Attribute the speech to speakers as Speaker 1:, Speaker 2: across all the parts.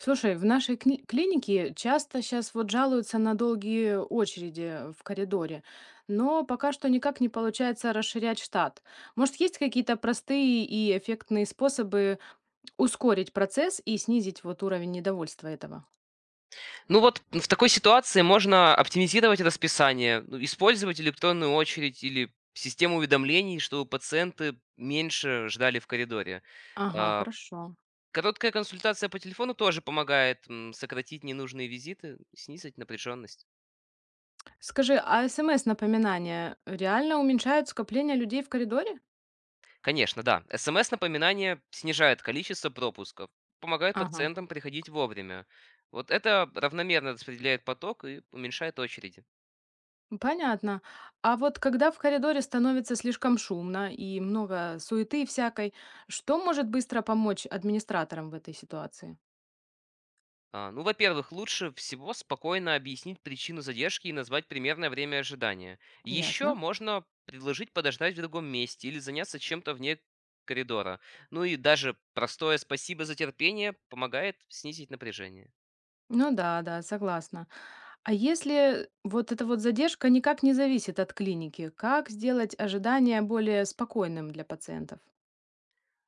Speaker 1: Слушай, в нашей клинике часто сейчас вот жалуются на долгие очереди в коридоре, но пока что никак не получается расширять штат. Может, есть какие-то простые и эффектные способы ускорить процесс и снизить вот уровень недовольства этого?
Speaker 2: Ну вот в такой ситуации можно оптимизировать расписание, ну, использовать электронную очередь или систему уведомлений, чтобы пациенты меньше ждали в коридоре.
Speaker 1: Ага,
Speaker 2: А,
Speaker 1: хорошо.
Speaker 2: Короткая консультация по телефону тоже помогает сократить ненужные визиты, снизить напряженность.
Speaker 1: Скажи, а смс-напоминания реально уменьшают скопление людей в коридоре?
Speaker 2: Конечно, да. СМС-напоминание снижает количество пропусков, помогает
Speaker 1: Ага.
Speaker 2: пациентам приходить вовремя. Вот это равномерно распределяет поток и уменьшает очереди.
Speaker 1: Понятно. А вот когда в коридоре становится слишком шумно и много суеты всякой, что может быстро помочь администраторам в этой ситуации?
Speaker 2: Ну, во-первых, лучше всего спокойно объяснить причину задержки и назвать примерное время ожидания. Еще
Speaker 1: Ясно.
Speaker 2: можно предложить подождать в другом месте или заняться чем-то вне коридора. Ну и даже простое «спасибо за терпение» помогает снизить напряжение.
Speaker 1: Ну да, да, согласна. А если вот эта вот задержка никак не зависит от клиники, как сделать ожидание более спокойным для пациентов?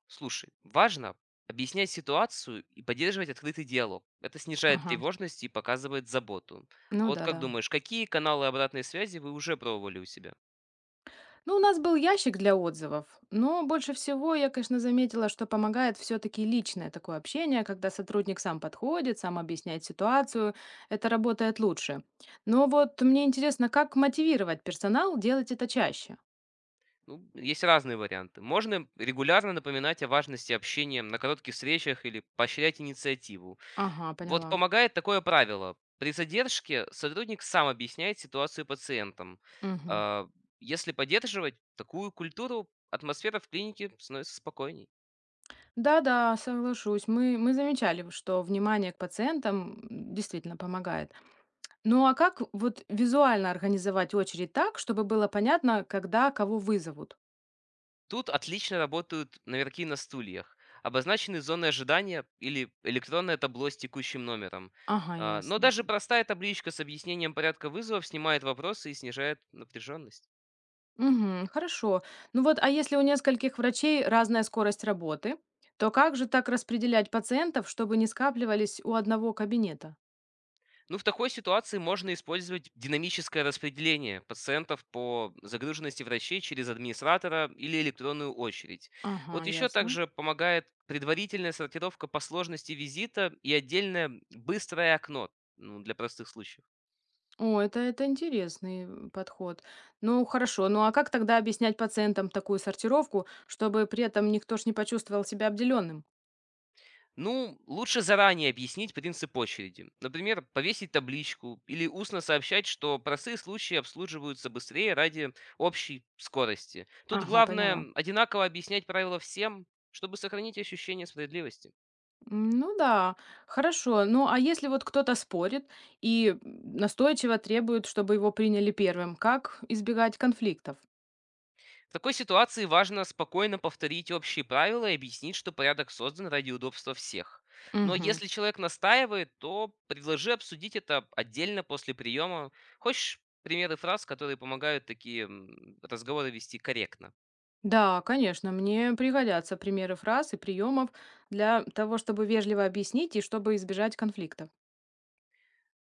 Speaker 2: Слушай, важно объяснять ситуацию и поддерживать открытый диалог. Это снижает
Speaker 1: Ага.
Speaker 2: тревожность и показывает заботу. А
Speaker 1: Ну
Speaker 2: вот
Speaker 1: да,
Speaker 2: как
Speaker 1: да.
Speaker 2: думаешь, какие каналы обратной связи вы уже пробовали у себя?
Speaker 1: Ну, у нас был ящик для отзывов, но больше всего я, конечно, заметила, что помогает все-таки личное такое общение, когда сотрудник сам подходит, сам объясняет ситуацию, это работает лучше. Но вот мне интересно, как мотивировать персонал делать это чаще?
Speaker 2: Ну, есть разные варианты. Можно регулярно напоминать о важности общения на коротких встречах или поощрять инициативу.
Speaker 1: Ага,
Speaker 2: Вот
Speaker 1: поняла.
Speaker 2: помогает такое правило. При задержке сотрудник сам объясняет ситуацию пациентам.
Speaker 1: Мгм.
Speaker 2: А, Если поддерживать такую культуру, атмосфера в клинике становится спокойней.
Speaker 1: Да-да, соглашусь. Мы замечали, что внимание к пациентам действительно помогает. Ну а как вот визуально организовать очередь так, чтобы было понятно, когда кого вызовут?
Speaker 2: Тут отлично работают наверки на стульях, обозначены зоны ожидания или электронное табло с текущим номером.
Speaker 1: Ага,
Speaker 2: Но
Speaker 1: ясно.
Speaker 2: даже простая табличка с объяснением порядка вызовов снимает вопросы и снижает напряженность.
Speaker 1: Мгм. Хорошо. Ну вот, а если у нескольких врачей разная скорость работы, то как же так распределять пациентов, чтобы не скапливались у одного кабинета?
Speaker 2: Ну, в такой ситуации можно использовать динамическое распределение пациентов по загруженности врачей через администратора или электронную очередь.
Speaker 1: Ага,
Speaker 2: Вот еще
Speaker 1: ясно.
Speaker 2: также помогает предварительная сортировка по сложности визита и отдельное быстрое окно ну, для простых случаев.
Speaker 1: О, это интересный подход. Ну, хорошо. Ну, а как тогда объяснять пациентам такую сортировку, чтобы при этом никто ж не почувствовал себя обделенным?
Speaker 2: Ну, лучше заранее объяснить принцип очереди. Например, повесить табличку или устно сообщать, что простые случаи обслуживаются быстрее ради общей скорости. Тут
Speaker 1: Ага, поняла.
Speaker 2: главное одинаково объяснять правила всем, чтобы сохранить ощущение справедливости.
Speaker 1: Ну да, хорошо. Ну, а если вот кто-то спорит и настойчиво требует, чтобы его приняли первым, как избегать конфликтов?
Speaker 2: В такой ситуации важно спокойно повторить общие правила и объяснить, что порядок создан ради удобства всех. Но
Speaker 1: Мгм.
Speaker 2: если человек настаивает, то предложи обсудить это отдельно после приема. Хочешь примеры фраз, которые помогают такие разговоры вести корректно?
Speaker 1: Да, конечно, мне пригодятся примеры фраз и приемов для того, чтобы вежливо объяснить и чтобы избежать конфликтов.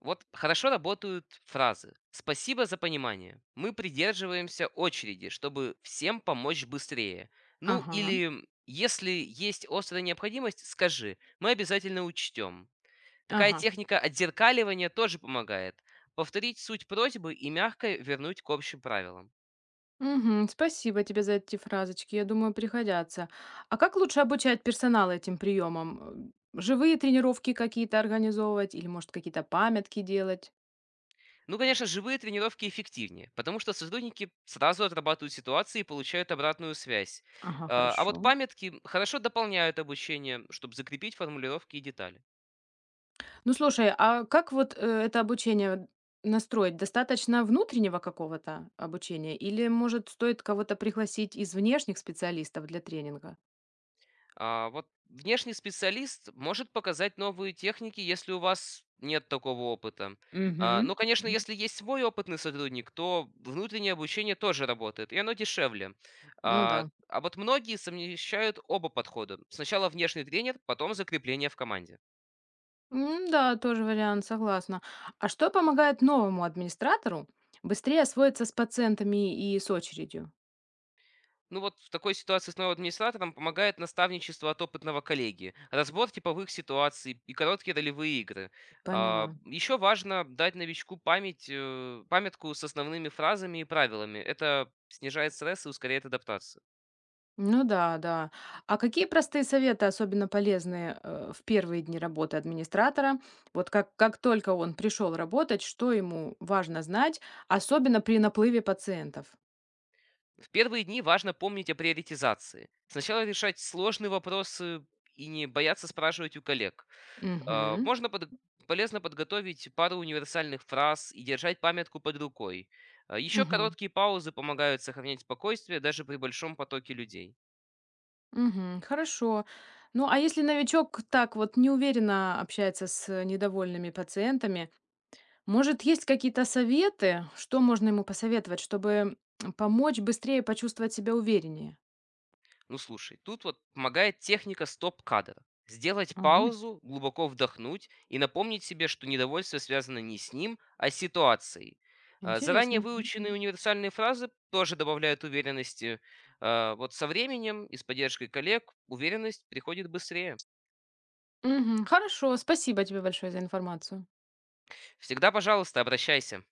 Speaker 2: Вот хорошо работают фразы. Спасибо за понимание. Мы придерживаемся очереди, чтобы всем помочь быстрее. Ну
Speaker 1: Ага,
Speaker 2: или если есть острая необходимость, скажи. Мы обязательно учтем. Такая
Speaker 1: ага.
Speaker 2: техника отзеркаливания тоже помогает. Повторить суть просьбы и мягко вернуть к общим правилам.
Speaker 1: Мгм, спасибо тебе за эти фразочки, я думаю, пригодятся. А как лучше обучать персонал этим приемам? Живые тренировки какие-то организовывать или, может, какие-то памятки делать?
Speaker 2: Ну, конечно, живые тренировки эффективнее, потому что сотрудники сразу отрабатывают ситуации и получают обратную связь.
Speaker 1: Ага,
Speaker 2: А вот
Speaker 1: хорошо.
Speaker 2: памятки хорошо дополняют обучение, чтобы закрепить формулировки и детали.
Speaker 1: Ну слушай, а как вот, это обучение настроить? Достаточно внутреннего какого-то обучения или, может, стоит кого-то пригласить из внешних специалистов для тренинга?
Speaker 2: А, вот внешний специалист может показать новые техники, если у вас нет такого опыта. А, ну,
Speaker 1: Мгм.
Speaker 2: конечно, если есть свой опытный сотрудник, то внутреннее обучение тоже работает, и оно дешевле.
Speaker 1: Ну да.
Speaker 2: А вот многие совмещают оба подхода. Сначала внешний тренер, потом закрепление в команде.
Speaker 1: Да, тоже вариант, согласна. А что помогает новому администратору быстрее освоиться с пациентами и с очередью?
Speaker 2: Ну вот в такой ситуации с новым администратором помогает наставничество от опытного коллеги, разбор типовых ситуаций и короткие ролевые игры.
Speaker 1: Поняла.
Speaker 2: Еще важно дать новичку память, памятку с основными фразами и правилами. Это снижает стресс и ускоряет адаптацию.
Speaker 1: Ну да, да. А какие простые советы особенно полезны в первые дни работы администратора? Вот как только он пришел работать, что ему важно знать, особенно при наплыве пациентов?
Speaker 2: В первые дни важно помнить о приоритизации. Сначала решать сложные вопросы и не бояться спрашивать у коллег. А,
Speaker 1: Угу,
Speaker 2: Можно под- полезно подготовить пару универсальных фраз и держать памятку под рукой. Еще
Speaker 1: угу,
Speaker 2: короткие паузы помогают сохранять спокойствие даже при большом потоке людей.
Speaker 1: угу, хорошо. Ну а если новичок так вот неуверенно общается с недовольными пациентами, может, есть какие-то советы, что можно ему посоветовать, чтобы помочь быстрее почувствовать себя увереннее?
Speaker 2: Ну слушай, тут вот помогает техника стоп-кадра. Сделать
Speaker 1: А,
Speaker 2: паузу, глубоко вдохнуть и напомнить себе, что недовольство связано не с ним, а с ситуацией. Заранее
Speaker 1: интересно.
Speaker 2: выученные универсальные фразы тоже добавляют уверенности. Вот со временем и с поддержкой коллег уверенность приходит быстрее.
Speaker 1: Мгм. Хорошо, спасибо тебе большое за информацию.
Speaker 2: Всегда, пожалуйста, обращайся.